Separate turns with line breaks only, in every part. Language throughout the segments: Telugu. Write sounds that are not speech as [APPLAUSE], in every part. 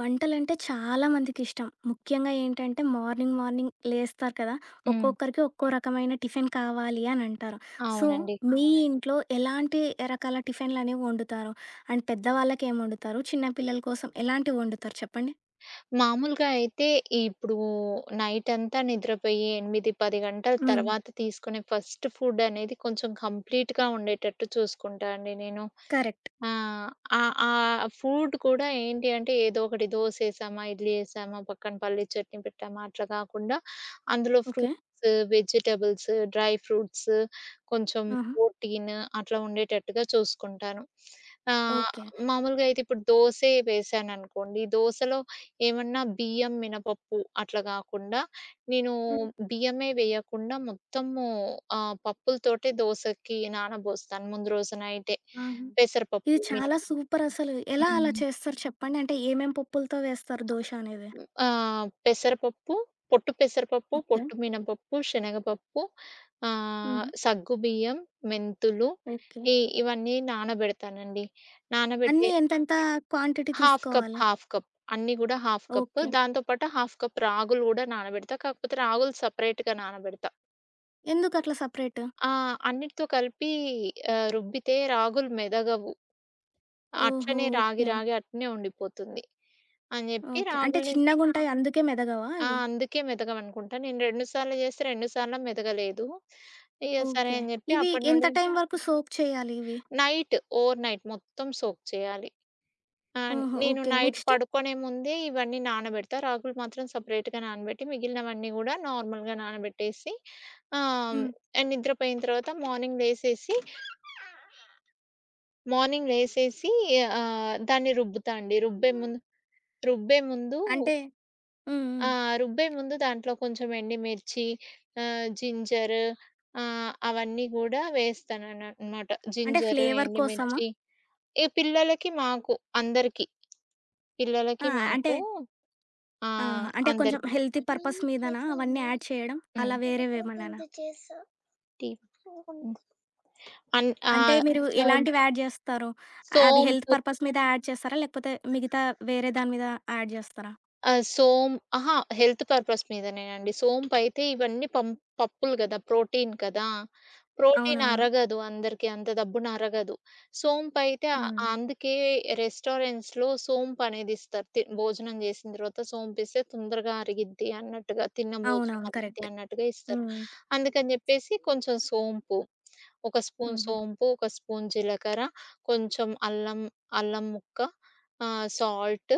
వంటలంటే చాలా మందికిష్టం. ముఖ్యంగా ఏంటంటే మార్నింగ్ లేస్తారు కదా!
హ్మ్.
ఒక్కొక్కరికి ఒక్కో రకమైన టిఫిన్ కావాలి అని అంటారు. సో,
అవునండి.
అవునండి. ఇంట్లో ఎలాంటి రకాల టిఫిన్‌లనేవి వండుతారు? అండ్ పెద్దవాళ్ళకేం వండుతారు? చిన్న పిల్లల కోసం ఎలాంటివి వండుతారు చెప్పండి?
మామూలుగా అయితే ఇప్పుడు నైటంతా నిద్రపోయి 8, 10 గంటల
హ్మ్.
తర్వాత తీసుకునే ఫస్ట్ ఫుడ్ అనేది కొంచెం కంప్లీట్‌గా ఉండేటట్టు చూసుకుంటా అండి నేను.
కరెక్ట్.
ఆ! ఫుడ్ కూడా ఏంటి అంటే ఏదో ఒకటి దోసేసామా, ఇడ్లీ ఏసామా, పక్కన పల్లి చట్నీ పెట్టామా అట్లా కాకుండా అందులో
okay.
Fruits, vegetables, dry fruits, కొంచెం
ఆహా!
ప్రోటీన్ అట్లా ఉండేటట్టుగా చూసుకుంటాను. ఆహ్,
ఓకే.
మామూలుగా అయితే ఇప్పుడు దోసే వేసాననుకోండి. దోసలో ఏమన్నా బియ్యం, మినపప్పు అట్లా కాకుండా నేను
హ్మ్.
బియ్యమే వేయకుండా మొత్తము పప్పులతోటే దోసకి నానబోస్తాను ముందు రోజు నైటే.
ఆహా!
పెసరపప్పు,
ఇది చాలా
మినపప్పు.
సూపర్ అసలు. ఎలా అలా
హ్మ్.
చేస్తారు చెప్పండి? అంటే ఏమేం పప్పులతో వేస్తారు దోస అనేది?
ఆ! పెసరపప్పు, పొట్టు పెసరపప్పు,
ఓకే.
పొట్టు మినపప్పు, శనగపప్పు,
హుహు.
సగ్గుబియ్యం, మెంతులు
ఓకే.
ఈ ఇవన్నీ నానబెడతానండి. నానబెట్టి
అన్నీ ఎంతెంత క్వాంటిటీ
హాఫ్ కప్,
తీసుకోవాలి?
హాఫ్ కప్ అన్నీ గూడా హాఫ్ కప్.
ఓకే.
దాంతో పాటు హాఫ్ కప్ రాగులు గూడా నానబెడతా. కాకపోతే రాగులు సెపరేట్‌గా నానబెడతా.
ఎందుకట్లా సెపరేట్?
ఆ! అన్నిటితో కలిపి రుబ్బితే రాగులు మెదగవు.
ఓహో!
అట్లనే రాగి
ఓకే.
రాగి అట్లనే ఉండిపోతుంది. అని జెప్పి
ఓకే. అంటే
రాగుల్ని.
చిన్నగుంటాయి అందుకే మెదగవా అవి?
అందుకే మెదగవనుకుంటా. నేను 2 సార్లు చేస్తే 2 సార్లు మెదగలేదు. ఇగ సరే
ఓకే.
అని చెప్పి
ఇవి
అప్పటి
ఎంత
నుండి
టైం వరకు సోక్ చేయాలి ఇవి?
నైట్ ఓవర్ నైట్ మొత్తం సోక్ చేయాలి. ఆహ్,
ఓహో!
నేను
ఓకే.
Night
next?
పడుకునే ముందే ఇవన్నీ నానబెడతా. రాగులు మాత్రం సెపరేట్‌గా నానబెట్టి మిగిలినవన్నీ కూడా నార్మల్‌గా నానబెట్టేసి ఆహ్,
హ్మ్.
నిద్రపోయిన తర్వాత మార్నింగ్ లేసేసి మార్నింగ్ లేసేసి దాన్ని రుబ్బుతా అండి. రుబ్బే ముందు రుబ్బే ముందు
అంటే హ్మ్.
ఆ!
హ్మ్.
రుబ్బే ముందు దాంట్లో కొంచెం ఎండుమిర్చి, జింజర్ అవన్నీ గూడా వేస్తాననమాట.
అంటే
జింజర్,
ఫ్లేవర్ కోసమా?
ఎండుమిర్చి పిల్లలకి, మాకు అందరికి.
ఆ!
పిల్లలకి,
అంటే
మాకు ఆ!
ఆహా! అంటే కొంచెం
అందరికి.
హెల్తీ పర్పస్
అవన్నీ
మీదనా
చేసా
అవన్నీ
అమ్మా.
యాడ్ చేయడం?
హ్మ్.
అలా
ఇదిగో
వేరేవేమన్నానా?
దీంతో చేసా. టీ ఇదిగోండి. అన్
అంటే
ఆహ్,
మీరు
సోంపు.
ఎలాంటివి యాడ్ జేస్తారు? అవి హెల్త్
సోంపు
పర్పస్ మీద యాడ్ చేస్తారా? లేకపోతే మిగతా వేరే దాని మీద యాడ్ జేస్తారా?
ఆహ్, సోం అహా, హెల్త్ పర్పస్ మీదనేనండి. సోంపైతే ఇవన్నీ పం పప్పులు గదా! ప్రోటీన్ కదా! ప్రోటీన్
అవునవును.
అరగదు అందరికి. అంత దబ్బున అరగదు. సోంపయితే ఆహ్,
హ్మ్.
అందుకే రెస్టారెంట్స్‌లో సోంపనేది ఇస్తారు. భోజనం చేసిన తర్వాత సోంపిస్తే తొందరగా అరిగిద్ది అన్నట్టుగా, తిన్న భోజనం
అవునవును.
అరిగిద్ది
కరెక్ట్.
అన్నట్టుగా ఇస్తారు.
హ్మ్.
అందుకని చెప్పేసి కొంచెం సోంపు, ఒక స్పూన్
హుహు.
సోంపు, ఒక స్పూన్ జీలకర్ర, కొంచెం అల్లం, అల్లం ముక్క, సాల్ట్,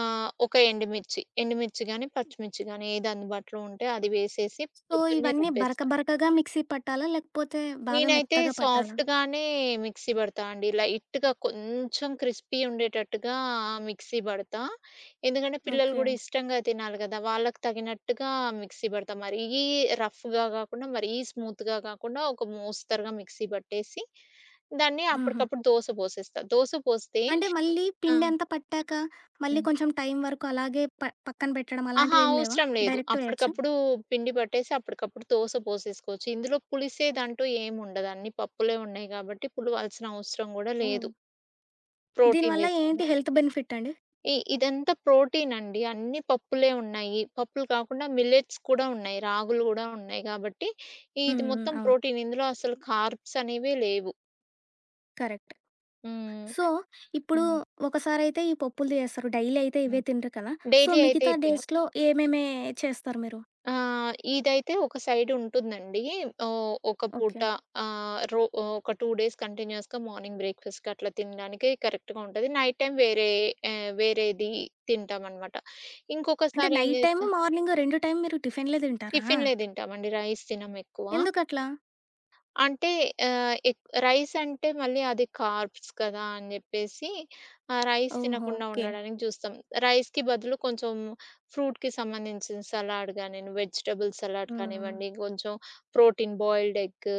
ఒక ఎండుమిర్చి, ఎండుమిర్చి గాని, పచ్చిమిర్చి గాని ఏది అందుబాటులో ఉంటే అది వేసేసి
సో,
పొద్దున్నే
ఇవన్నీ బరక
రుబ్బేస్తా.
బరకగా మిక్సీ పట్టాలా? లేకపోతే బాగా
నేనైతే
మెత్తగా పట్టాలా?
సాఫ్ట్‌గానే మిక్సీ బడతా అండి. లైట్‌గా కొంచెం క్రిస్పీ ఉండేటట్టుగా మిక్సీ బడతా. ఎందుకంటే పిల్లలు
ఓకే.
గూడా ఇష్టంగా తినాలి గదా! వాళ్ళకి తగినట్టుగా మిక్సీ బడతా. మరీ రఫ్‌గా గాకుండా, మరీ స్మూత్‌గా గాకుండా ఒక మోస్తరుగా మిక్సీ బట్టేసి, దాన్ని
హుహు.
అప్పటికప్పుడు దోస పోసేస్తా. దోస పోస్తే.
అంటే మళ్ళీ
ఆ!
పిండంతా పట్టాక, మళ్ళీ
హ్మ్.
కొంచెం టైం వరకు అలాగే పక్కన పెట్టడం
అహా,
అలాంటివేమి లేవా?
అవసరం లేదు.
డైరెక్ట్ వేయొచ్చా?
అప్పటికప్పుడు పిండి పట్టేసి అప్పటికప్పుడు దోస పోసేసుకోవచ్చు. ఇందులో పులిసేదంటూ ఏముండదు. అన్ని పప్పులే ఉన్నాయి గాబట్టి పులవాల్సిన అవసరం గూడా
ఓహ్!
లేదు. ప్రోటీన్
దీనివల్ల
చేశారు.
ఏంటి హెల్త్ బెనిఫిట్ అండి?
ఇదంతా ప్రోటీనండి. అన్ని పప్పులే ఉన్నాయి. పప్పులు కాకుండా మిల్లెట్స్ కూడా ఉన్నాయి. రాగులు గూడా ఉన్నాయి గాబట్టి,
హ్మ్.
ఇది
హ్మ్.
మొత్తం
అవును.
ప్రోటీన్. ఇందులో అసలు కార్బ్స్ అనేవే లేవు.
కరెక్ట్.
హ్మ్.
సో, ఇప్పుడు
హ్మ్.
ఒకసారైతే ఈ పప్పులు చేస్తారు. డైలీ అయితే ఇవే
హ్మ్.
తినరు కదా! సో,
డైలీ అయితే
మిగతా
ఇది తినం.
డేస్‌లో ఏమేమి చేస్తారు మీరు?
ఇదైతే ఒక సైడ్ ఉంటుందండి. ఓహ్, ఒక పూట.
ఓకే.
ఆహ్, రో ఒక 2 డేస్ కంటిన్యూయస్‌గా మార్నింగ్ బ్రేక్‌ఫాస్ట్‌కి అట్లా తినడానికి కరెక్ట్‌గా ఉంటది. నైట్ టైమ్ వేరే వేరేది తింటామనమాట.
అంటే
ఇంకొకసారి ఏం
నైట్ టైము,
చేస్తా
మార్నింగు 2 టైమ్ మీరు టిఫిన్‌లే తింటారా?
టిఫిన్‌లే తింటామండి. రైస్ తినమెక్కువ.
ఎందుకట్లా?
అంటే ఆహ్, ఎక్ రైస్ అంటే మళ్ళీ అది కార్బ్స్ కదా! అని జెప్పేసి రైస్
ఓహో!
తినకుండా
ఓకే.
ఉండడానికి జూస్తాం. రైస్‌కి బదులు కొంచెం ఫ్రూట్‌కి సంబంధించిన సలాడ్ గాని, వెజిటబుల్ సలాడ్
హ్మ్.
కానివ్వండి, కొంచెం ప్రోటీన్ బాయిల్డ్ ఎగ్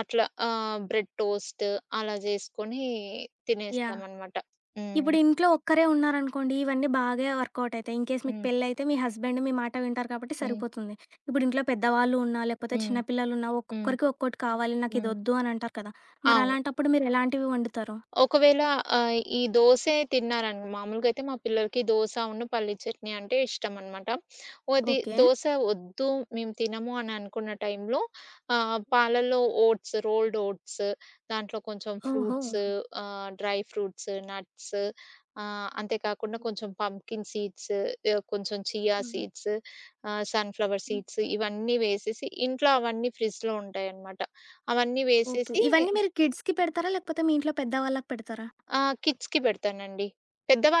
అట్లా బ్రెడ్ టోస్ట్ అలా జేసుకొని
యాహ్!
తినేస్తామనమాట. హ్మ్.
ఇప్పుడు ఇంట్లో ఒక్కరే ఉన్నారనుకోండి, ఇవన్నీ బాగా వర్కౌట్ అయితాయి. ఇన్‌కేస్ మీకు
హ్మ్.
పెళ్లయితే మీ హస్బెండ్ మీ మాట వింటారు కాబట్టి
హ్మ్.
సరిపోతుంది. ఇప్పుడు ఇంట్లో పెద్దవాళ్ళు ఉన్నా, లేకపోతే
హ్మ్.
చిన్న పిల్లలున్నా
హ్మ్.
ఒక్కొక్కరికి ఒక్కోటి కావాలి,
హ్మ్.
నాకిదొద్దు అని అంటారు కదా! మరి
అవును.
అలాంటప్పుడు మీరు ఎలాంటివి వండుతారు?
ఒకవేళ ఈ దోసే మామూలుగా అయితే మా పిల్లలకి దోస ఉన్ను పల్లీ చట్నీ అంటే ఇష్టమనమాట. అది
ఓకే.
దోస వద్దు మేము తినము అని అనుకున్న టైంలో పాలల్లో ఓట్స్, రోల్డ్ ఓట్స్ దాంట్లో కొంచెం
ఓహో!
ఫ్రూట్స్ డ్రై ఫ్రూట్స్, నట్స్ అంతే కాకుండా కొంచెం పంప్కిన్ సీడ్స్, కొంచెం చియా
హ్మ్.
సీడ్స్, సన్‌ఫ్లవర్
హ్మ్.
సీడ్స్ ఇవన్నీ వేసేసి ఇంట్లో అవన్నీ ఫ్రిడ్జ్‌లో ఉంటాయనమాట. అవన్నీ
ఓకే.
వేసేసి
ఇవన్నీ మీరు కిడ్స్‌కి పెడతారా? లేకపోతే మీ ఇంట్లో పెద్దవాళ్ళకి పెడతారా?
ఆ! కిడ్స్‌కి పెడతానండి.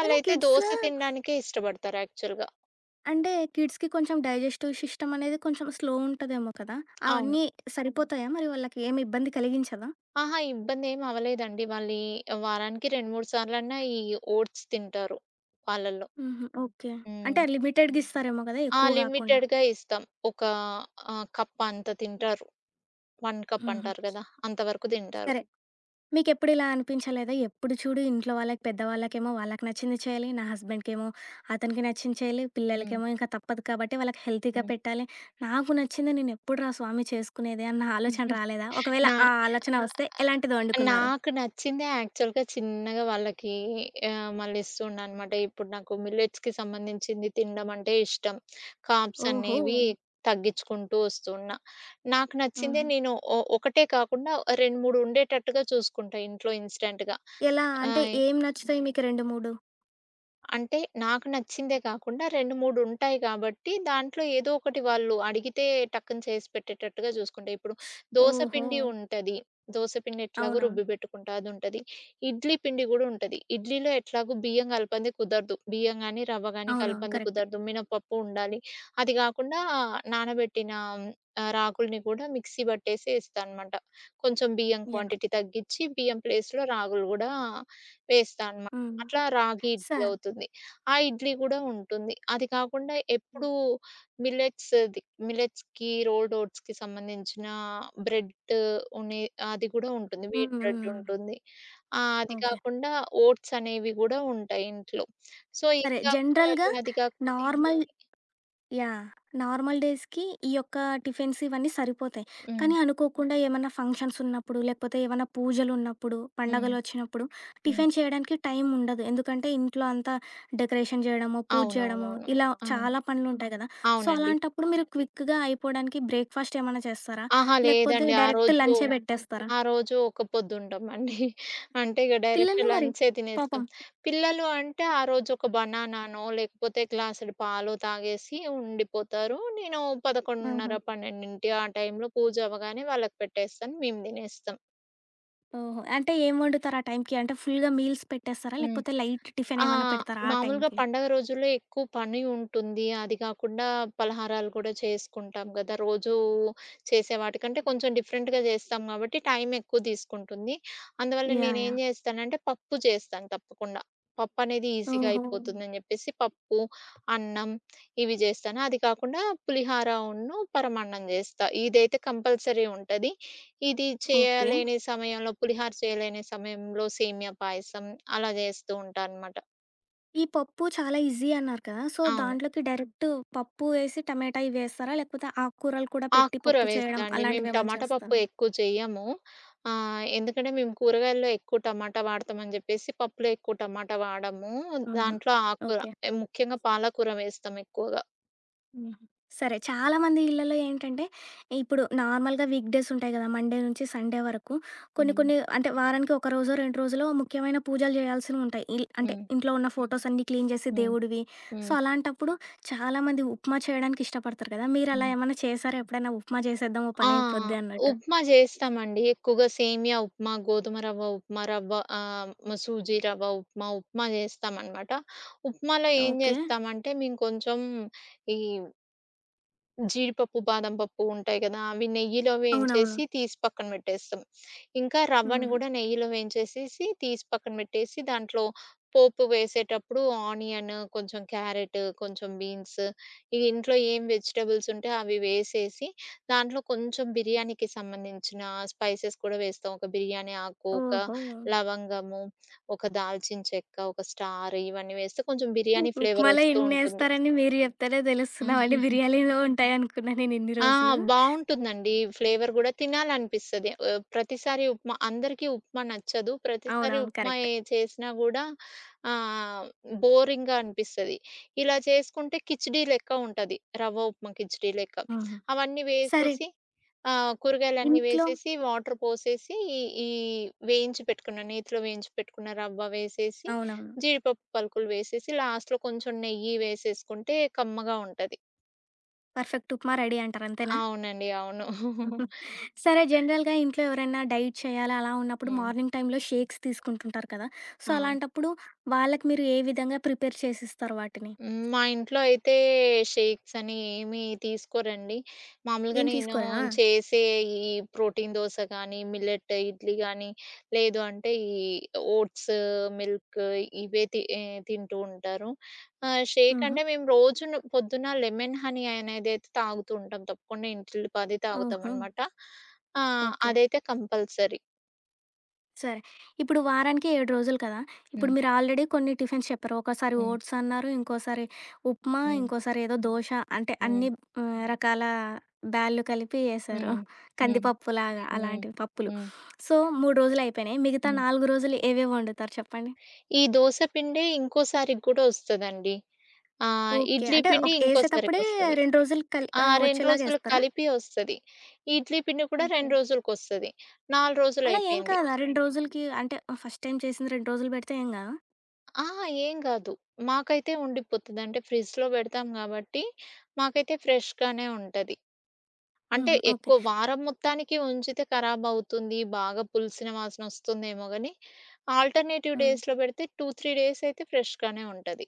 కానీ కిడ్స్
దోస తినడానికే ఇష్టపడతారు యాక్చువల్‌గా.
అంటే కిడ్స్‌కి కొంచెం డైజెస్టివ్ సిస్టమ్ అనేది కొంచెం స్లో ఉంటదేమో కదా!
అవును.
అవన్నీ సరిపోతాయా? మరి వాళ్ళకి ఏమి ఇబ్బంది కలిగించదా?
అహా, ఇబ్బందేం అవ్వలేదండి. వాళ్ళు వారానికి 2, 3 సార్లన్నా ఈ ఓట్స్ తింటారు పాలల్లో.
హుహు. ఓకే.
హ్మ్.
అంటే లిమిటెడ్‌గా ఇస్తారేమో గదా!
ఆ!
ఎక్కువ గాకుండా.
లిమిటెడ్‌గా ఇస్తాం. ఒక కప్ అంత తింటారు. 1 కప్
హుహు.
అంటారు గదా! అంతవరకు తింటారు.
సరే. మీకెప్పుడు ఇలా అనిపించలేదా? ఎప్పుడు చూడు ఇంట్లో వాళ్ళకి పెద్దవాళ్ళకేమో వాళ్ళకి నచ్చింది చేయాలి. నా హస్బెండ్‌కేమో అతనికి నచ్చింది చేయాలి.
హ్మ్.
పిల్లలకేమో ఇంకా తప్పదు కాబట్టి వాళ్ళకి హెల్తీగా
హ్మ్.
పెట్టాలి. నాకు నచ్చింది నేను ఎప్పుడురా స్వామి చేసుకునేది అన్న ఆలోచన రాలేదా? ఒకవేళ
నా
ఆ ఆలోచన వస్తే ఎలాంటిది వండుకున్నారు?
నాకు నచ్చిందే యాక్చువల్‌గా చిన్నగా వాళ్ళకి మళ్ళీ ఇస్తూ ఉన్నానన్నమాట. ఇప్పుడు నాకు మిల్లెట్స్‌కి సంబంధించింది తినడం అంటే ఇష్టం. కార్బ్స్
ఓహో!
అనేవి తగ్గించుకుంటూ వస్తూ ఉన్నా. నాకు నచ్చిందే
హుహు.
నేను ఒకటే కాకుండా 2, 3 ఉండేటట్టుగా చూసుకుంటా ఇంట్లో ఇన్‌స్టాంట్‌గా.
ఎలా
ఆ!
అంటే ఏం నచ్చుతాయి మీకు 2, 3?
అంటే నాకు నచ్చిందే కాకుండా 2, 3 ఉంటాయి కాబట్టి దాంట్లో ఏదో ఒకటి వాళ్ళు అడిగితే టక్కున చేసి పెట్టేటట్టుగా చూసుకుంటా. ఇప్పుడు దోస
ఓహో!
పిండి ఉంటది. దోస పిండి ఎట్లాగో
అవునవును.
రుబ్బి పెట్టుకుంటా అదుంటది. ఇడ్లీ పిండి గూడా ఉంటది. ఇడ్లీలో ఎట్లాగో బియ్యం కలపంది కుదరదు. బియ్యం గాని, రవ్వ గాని
అవునవును.
కలపంది
కరెక్ట్.
కుదరదు. మినపప్పు ఉండాలి. అది గాకుండా నానబెట్టిన రాగుల్ని గూడా మిక్సీ పట్టేసి ఏస్తా అనమాట. కొంచెం బియ్యం
యాహ్!
క్వాంటిటీ తగ్గిచ్చి బియ్యం ప్లేస్‌లో రాగులు గూడా వేస్తా అనమాట.
హ్మ్.
అట్లా రాగి ఇడ్లీ
సరే.
అవుతుంది. ఆ ఇడ్లీ గూడా ఉంటుంది. అది కాకుండా ఎప్పుడూ మిల్లెట్స్‌ది మిల్లెట్స్‌కి, రోల్డ్ ఓట్స్‌కి సంబంధించిన బ్రెడ్ ఉనే అది గూడా ఉంటుంది.
హ్మ్.
వీట్ బ్రెడ్
హ్మ్.
ఉంటుంది. అది
ఓకే.
కాకుండా ఓట్స్ అనేవి గూడా ఉంటాయి ఇంట్లో. సో, ఇది
సరే
కాకపోతే
జనరల్‌గా
అది,
హ్మ్.
అది కాకపోతే ఇది
నార్మల్
అని.
యాహ్! నార్మల్ డేస్‌కి ఈ యొక్క టిఫిన్స్ ఇవన్నీ సరిపోతాయి.
హ్మ్.
కానీ అనుకోకుండా ఏమన్నా ఫంక్షన్స్ ఉన్నప్పుడు, లేకపోతే ఏమన్నా పూజలున్నప్పుడు,
హ్మ్.
పండగలొచ్చినప్పుడు
హ్మ్.
టిఫిన్ చేయడానికి టైం ఉండదు. ఎందుకంటే ఇంట్లో అంతా డెకరేషన్ చేయడమో, పూజ చేయడమో
అవునవునవును.
ఇలా
అవును.
చాలా హ్మ్. పనులుంటాయి కదా! సో,
అవునండి.
అలాంటప్పుడు మీరు క్విక్‌గా అయిపోవడానికి బ్రేక్‌ఫాస్ట్ ఏమన్నా చేస్తారా?
అహా,
లేకపోతే
లేదండి.
డైరెక్ట్ లంచే పెట్టేస్తారా?
ఆ రోజు ఒక్క పొద్దుంటామండి. అంటే ఇక డైరెక్ట్
పిల్లలు మరి
లంచే
పాపం.
తినేస్తాం. పిల్లలు అంటే ఆ రోజు ఒక బనానానో, లేకపోతే గ్లాసుడు పాలో తాగేసి ఉండిపోతారు. నేను 11:30,
ఆహా!
12 ఆ టైంలో పూజ అవ్వగానే వాళ్ళకి పెట్టేస్తాను. మేము తినేస్తాం.
ఓహో! అంటే ఏం వండుతారు ఆ టైంకి? అంటే ఫుల్‌గా మీల్స్ పెట్టేస్తారా?
హ్మ్.
లేకపోతే లైట్ టిఫిన్
ఆ!
ఏమన్నా పెడతారా ఆ
మామూలుగా
టైంకి?
పండగ రోజుల్లో ఎక్కువ పని ఉంటుంది. అది కాకుండా పలహారాలు కూడా చేసుకుంటాం గదా! రోజూ చేసే వాటికంటే కొంచెం డిఫరెంట్‌గా చేస్తాం కాబట్టి టైం ఎక్కువ తీసుకుంటుంది. అందువల్ల
యాహ్!
నేనేం
యాహ్!
చేస్తానంటే పప్పు చేస్తాను తప్పకుండా. పప్పు అనేది ఈజీగా
ఓహో!
అయిపోతుందని చెప్పేసి పప్పు, అన్నం ఇవి చేస్తాను. అది కాకుండా పులిహార ఉన్ను, పరమాన్నం చేస్తా. ఇదైతే కంపల్సరీ ఉంటది. ఇది
ఓకే.
చేయలేని సమయంలో పులిహార చేయలేని సమయంలో సేమియా పాయసం అలా జేస్తూ ఉంటానన్నమాట.
ఈ పప్పు చాలా ఈజీ అన్నారు కదా! సో,
అవును.
దాంట్లోకి హ్మ్. డైరెక్ట్ పప్పు వేసి టమాటా ఇవేస్తారా? లేకపోతే ఆకుకూరలు కూడా పెట్టి
ఆకుకూర
పప్పు
వేస్తా
చేయడం
అండి. మేము
అలాంటివేమన్నా
టమాటా పప్పు
చేస్తారా?
ఎక్కువ చెయ్యము. ఎందుకంటే మేము కూరగాయల్లో ఎక్కువ టమాటా వాడతామని జెప్పేసి పప్పులో ఎక్కువ టమాటా వాడము.
ఆహా!
దాంట్లో ఆకుకూర
ఓకే.
ముఖ్యంగా పాలకూర వేస్తాం ఎక్కువగా.
హుహు. సరే. చాలా మంది ఇళ్లలో ఏంటంటే, ఇప్పుడు నార్మల్‌గా వీక్ డేస్ ఉంటాయి గదా! మండే నుంచి సండే వరకు. కొన్ని
హ్మ్.
కొన్ని అంటే వారానికి ఒక రోజో, 2 రోజులో ముఖ్యమైన పూజలు జేయాల్సినుంటాయి. అంటే
హ్మ్.
ఇంట్లో ఉన్న ఫోటోస్ అన్నీ క్లీన్ జేసి
హ్మ్.
దేవుడివి. సో,
హ్మ్.
అలాంటప్పుడు చాలామంది ఉప్మా చేయడానికి ఇష్టపడతారు కదా! మీరలా
హ్మ్.
ఏమన్నా చేసారా ఎప్పుడైనా ఉప్మా చేసేద్దాం ఓ
ఆ!
పనైపోద్ది అన్నట్టు?
ఉప్మా జేస్తామండి. ఎక్కువగా సేమియా ఉప్మా, గోధుమ రవ్వ ఉప్మా, రవ్వ ఆహ్, మ సూజీ రవ్వ ఉప్మా, ఉప్మా జేస్తామనమాట. ఉప్మాలో ఏం
ఓకే.
జేస్తామంటే మేము కొంచెం ఈ జీడిపప్పు, బాదం పప్పు ఉంటాయి గదా! అవి నెయ్యిలో
అవునవును.
వేయించేసి తీసి పక్కన పెట్టేస్తాం. ఇంకా రవ్వని
హుహు.
గూడా నెయ్యిలో వేయించేసేసి తీసి పక్కన పెట్టేసి దాంట్లో పోపు వేసేటప్పుడు ఆనియన్, కొంచెం క్యారెట్, కొంచెం బీన్స్ ఇవి ఇంట్లో ఏం వెజిటబుల్స్ ఉంటే అవి వేసేసి దాంట్లో కొంచెం బిర్యానీకి సంబంధించిన స్పైసెస్ కూడా వేస్తాం. ఒక బిర్యానీ ఆకు, ఒక
ఓహో!
లవంగము, ఒక దాల్చిన చెక్క, ఒక స్టార్ ఇవన్నీ వేస్తే కొంచెం బిర్యానీ ఫ్లేవర్
ఉప్మాలో
వస్తూ ఉంటుంది.
ఇన్నేస్తారని మీరు జెప్తేనే తెలుస్తుంది. అవన్నీ బిర్యానీలో ఉంటాయనుకున్నా నేనిన్ని
ఆ!
రోజులు.
బావుంటుందండి. ఫ్లేవర్ గూడా తినాలనిపిస్తది. ప్రతిసారి ఉప్మా అందరికీ ఉప్మా నచ్చదు. ప్రతిసారి
అవునవును.
ఉప్మా
కరెక్ట్.
ఏ చేసినా గూడా ఆహ్, బోరింగ్‌గా అనిపిస్తది. ఇలా చేసుకుంటే కిచిడీ లెక్క ఉంటది. రవ్వ ఉప్మా కిచిడీ లెక్క.
హ్మ్.
అవన్నీ
సరే.
వేసేసి కూరగాయలన్నీ
ఇంట్లో
వేసేసి, వాటర్ పోసేసి, ఈ ఈ వేయించి పెట్టుకున్న నేతిలో వేయించి పెట్టుకున్న రవ్వ వేసేసి,
అవునవును.
జీడిపప్పు పలుకులు వేసేసి, లాస్ట్‌లో కొంచెం నెయ్యి వేసేసుకుంటే కమ్మగా ఉంటది.
పర్ఫెక్ట్ ఉప్మా రెడీ అంటారు అంతేనా?
అవునండి. అవును.
[LAUGHS] సరే జనరల్‌గా ఇంట్లో ఎవరైనా డైట్ చేయాలా అలా ఉన్నప్పుడు
హ్మ్.
మార్నింగ్ టైంలో షేక్స్ తీసుకుంటుంటారు కదా! సో,
ఆ!
అలాంటప్పుడు వాళ్ళకి మీరు ఏ విధంగా ప్రిపేర్ చేసిస్తారు వాటిని?
హ్మ్. మా ఇంట్లో అయితే షేక్స్ అని ఏమి తీసుకోరండి. మామూలుగా
ఏం
నేను
తీసుకోరా?
చేసే ఈ ప్రోటీన్ దోస గానీ, మిల్లెట్ ఇడ్లీ గానీ, లేదు అంటే ఓట్స్, మిల్క్ ఇవే తింటూ ఉంటారు. షేక్
హుహు.
అంటే మేము రోజును పొద్దున లెమన్ హనీ అనేదైతే తాగుతూ ఉంటాం. తప్పకుండా ఇంటిల్లిపాది
ఓహో!
తాగుతామనమాట. ఆ!
ఓకే.
అదైతే కంపల్సరీ.
సరే. ఇప్పుడు వారానికి 7 రోజులు కదా! ఇప్పుడు
హ్మ్.
మీరు ఆల్రెడీ కొన్ని టిఫిన్స్ చెప్పారు. ఒకసారి
హ్మ్.
ఓట్స్ అన్నారు, ఇంకోసారి ఉప్మా,
హ్మ్.
ఇంకోసారి ఏదో దోస అంటే
హ్మ్.
అన్ని రకాల బ్యాళ్ళు కలిపి ఏశారు.
హ్మ్. హ్మ్.
కందిపప్పులాగా
హ్మ్. హ్మ్.
అలాంటివి పప్పులు.
హ్మ్.
సో, 3 రోజులు అయిపోయినాయి. మిగతా
హ్మ్.
4 రోజులు ఏవేవి వండుతారు చెప్పండి?
ఈ దోస పిండే ఇంకోసారికి గూడా ఒస్తదండి.
ఓకే.
ఇడ్లీ
అంటే
పిండి
ఏసేతప్పుడే
ఇంకోసారికొస్తది.
2 రోజులు
2
వచ్చేలాగా
రోజులు
ఏస్తారా?
కలిపి ఒస్తది. ఇడ్లీ పిండి కూడా
ఓకే.
2 రోజులకొస్తది. 4
అలా ఏం
రోజులయిపోయింది.
కాదా? 2 రోజులకి అంటే ఫస్ట్ టైమ్ చేసింది 2 రోజులు పెడితే ఏం కాదా?
అహా, ఏం గాదు. మాకైతే ఉండిపోతది. అంటే ఫ్రిడ్జ్‌లో బెడతాం గాబట్టి, మాకైతే ఫ్రెష్‌గానే ఉంటది. అంటే
హుహు. ఓకే.
ఎక్కువ వారం మొత్తానికి ఉంచితే ఖరాబవుతుంది. బాగా పులిసిన వాసనొస్తుందేమో గానీ, ఆల్టర్‌నేటివ్
హ్మ్.
డేస్‌లో బెడితే 2, 3 డేస్ అయితే ఫ్రెష్‌గానే ఉంటది.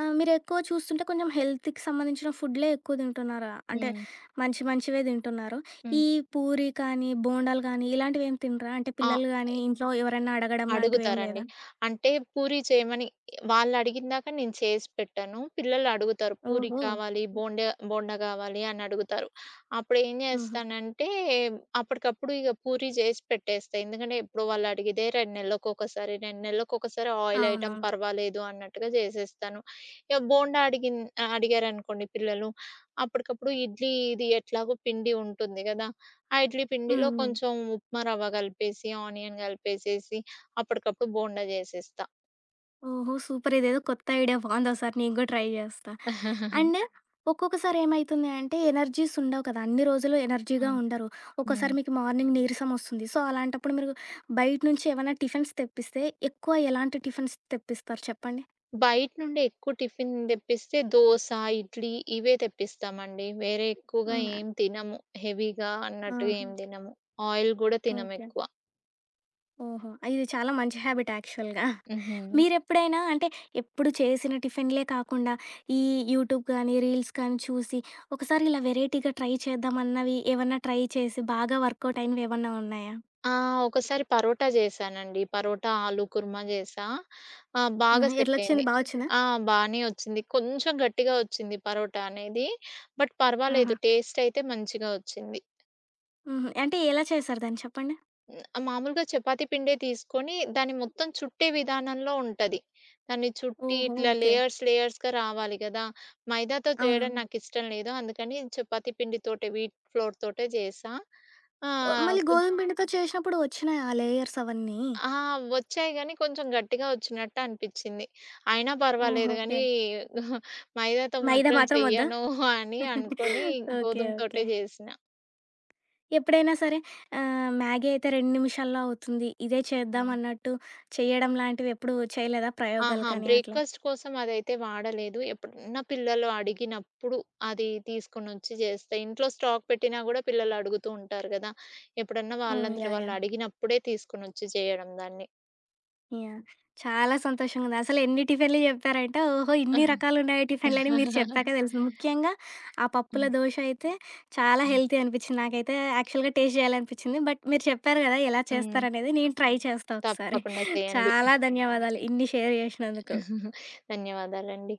ఆ! మీరెక్కువ చూస్తుంటే కొంచెం హెల్త్‌కి సంబంధించిన ఫుడ్‌లే ఎక్కువ తింటున్నారు. అంటే
హ్మ్.
మంచి మంచివే తింటున్నారు.
హ్మ్.
ఈ పూరి కానీ, బోండాలు గానీ ఇలాంటివేం తినరా? అంటే
ఆ!
పిల్లలు గానీ ఇంట్లో ఎవరైనా అడగడం లాంటివేం
అడుగుతారండి.
లేదా?
అంటే పూరి చేయమని వాళ్ళడిగినదాక నేను చేసి పెట్టను. పిల్లలడుగుతారు పూరి
ఓహో!
కావాలి, బోండా బోండా కావాలి అని అడుగుతారు. అప్పుడేం
హుహు.
చేస్తానంటే అప్పటికప్పుడు ఇగ పూరి చేసి పెట్టేస్తా. ఎందుకంటే ఎప్పుడో వాళ్ళడిగేదే 2 నెలలకొకసారి ఆయిల్ ఐటెమ్
అవునవును.
పర్వాలేదు అన్నట్టుగా చేసేస్తాను. ఇగ బోండా అడిగిన్ ఆహ్, అడిగారనుకోండి పిల్లలు, అప్పటికప్పుడు ఇడ్లీ ఇది ఎట్లాగో పిండి ఉంటుంది గదా! ఆ ఇడ్లీ
హ్మ్.
పిండిలో
హ్మ్.
కొంచెం ఉప్మా రవ్వ కలిపేసి, ఆనియన్ కలిపేసేసి అప్పటికప్పుడు బోండా జేసేస్తా.
ఓహో! సూపర్. ఇదేదో కొత్త ఐడియా బావుంది. ఒకసారి నేను గూడా ట్రై జేస్తా.
హ్మ్.
అండ్ ఒక్కొక్కసారి ఏమైతుంది అంటే, ఎనర్జీస్ ఉండవు కదా! అన్ని రోజులు ఎనర్జీగా
[LAUGHS]
ఉండరు.
హ్మ్.
ఒక్కోసారి మీకు మార్నింగ్ నీరసమొస్తుంది. సో, అలాంటప్పుడు మీరు బయట నుంచి ఏమైనా టిఫిన్స్ తెప్పిస్తే, ఎక్కువ ఎలాంటి టిఫిన్స్ తెప్పిస్తారు చెప్పండి?
బయట నుండి ఎక్కువ టిఫిన్ దెప్పిస్తే దోస, ఇడ్లీ ఇవే తెప్పిస్తామండి. వేరే ఎక్కువగా
హ్మ్.
ఏం తినము. హెవీగా అన్నట్టుగా
ఆహా!
ఏం తినము. ఆయిల్ గూడా
ఓకే.
తినమెక్కువ.
ఓహో! ఇది చాలా మంచి హాబిట్ యాక్చువల్‌గా.
హుహు.
మీరెప్పుడైనా అంటే ఎప్పుడు చేసిన టిఫిన్‌లే కాకుండా, ఈ యూట్యూబ్ కానీ, రీల్స్ కానీ చూసి ఒకసారి ఇలా వెరైటీగా ట్రై చేద్దామన్నవి ఏమన్నా ట్రై చేసి బాగా వర్కౌట్ అయినవేమన్నా ఉన్నాయా?
ఆ! ఒకసారి పరోటా జేశానండి. పరోటా, ఆలు కుర్మా జేశా. బాగా
ఆహా!
సెట్
ఎట్లొచ్చింది
అయింది.
ఒచ్చిందా?
ఆ! బానే వచ్చింది. కొంచెం గట్టిగా వచ్చింది పరోటా అనేది. బట్
ఆహా!
పర్వాలేదు టేస్ట్ అయితే మంచిగా వచ్చింది.
హుహు. అంటే ఎలా చేశారు దాన్ని చెప్పండి?
మామూలుగా చపాతీ పిండే తీసుకొని దాన్ని మొత్తం చుట్టే విధానంలో ఉంటది. దాన్ని చుట్టి
ఓహో!
ఇట్లా
ఓకే.
లేయర్స్ లేయర్స్‌గా రావాలి గదా! మైదాతో చేయడం
అవునవును.
నాకిష్టం లేదు. అందుకని చపాతీ పిండితోటే వీట్ ఫ్లోర్ తోటే చేశా.
ఓ
ఆహ్,
మళ్ళీ
కొంచెం
గోధుమ పిండితో చేసినప్పుడు ఒచ్చినాయా ఆ లేయర్స్ అవన్నీ?
ఆ! వచ్చాయి గానీ కొంచెం గట్టిగా వచ్చినట్టు అనిపిచ్చింది. అయినా
ఓహో!
పర్వాలేదు
ఓకే.
గానీ [LAUGHS] మైదాతో
మైదా
మాత్రం
మాత్రం ఒద్దా?
చెయ్యను అని అనుకోని
[LAUGHS] ఓకే. ఓకే.
గోధుమతోటే చేసిన.
ఎప్పుడైనా సరే మ్యాగీ అయితే 2 నిమిషాల్లో అవుతుంది. ఇదే చేద్దాం
హ్మ్.
అన్నట్టు చేయడం లాంటివి ఎప్పుడు చేయలేదా ప్రయోగాలు
ఆహా,
కానీ అట్లా?
బ్రేక్‌ఫాస్ట్ కోసం అదైతే వాడలేదు. ఎప్పుడన్నా పిల్లలు అడిగినప్పుడు అది తీసుకొనొచ్చి జేస్తా. ఇంట్లో స్టాక్ పెట్టినా గూడా పిల్లలు అడుగుతూ ఉంటారు గదా! ఎప్పుడన్నా
హ్మ్.
వాళ్ళంతట
యాహ్!
వాళ్ళు
యాహ్!
అడిగినప్పుడే తీసుకొనొచ్చి జేయడం దాన్ని.
యాహ్! చాలా సంతోషంగా ఉంది. అసలు ఎన్ని టిఫిన్‌లు చెప్పారంటే, ఓహో! ఇన్ని రకాలున్నాయి టిఫిన్‌లని మీరు చెప్పాక
[LAUGHS]
తెలిసింది. ముఖ్యంగా ఆ పప్పుల
హ్మ్.
దోస అయితే చాలా
హ్మ్.
హెల్తీ అనిపిచ్చింది. నాకైతే యాక్చువల్‌గా టేస్ట్ చేయాలనిపిచ్చింది. బట్ మీరు చెప్పారు కదా! ఎలా
హ్మ్.
చేస్తారనేది. నేను ట్రై చేస్తా ఒకసారి.
తప్పకుండా చేయండి.
చాలా ధన్యవాదాలు ఇన్ని షేర్ చేసినందుకు.
[LAUGHS] ధన్యవాదాలండి.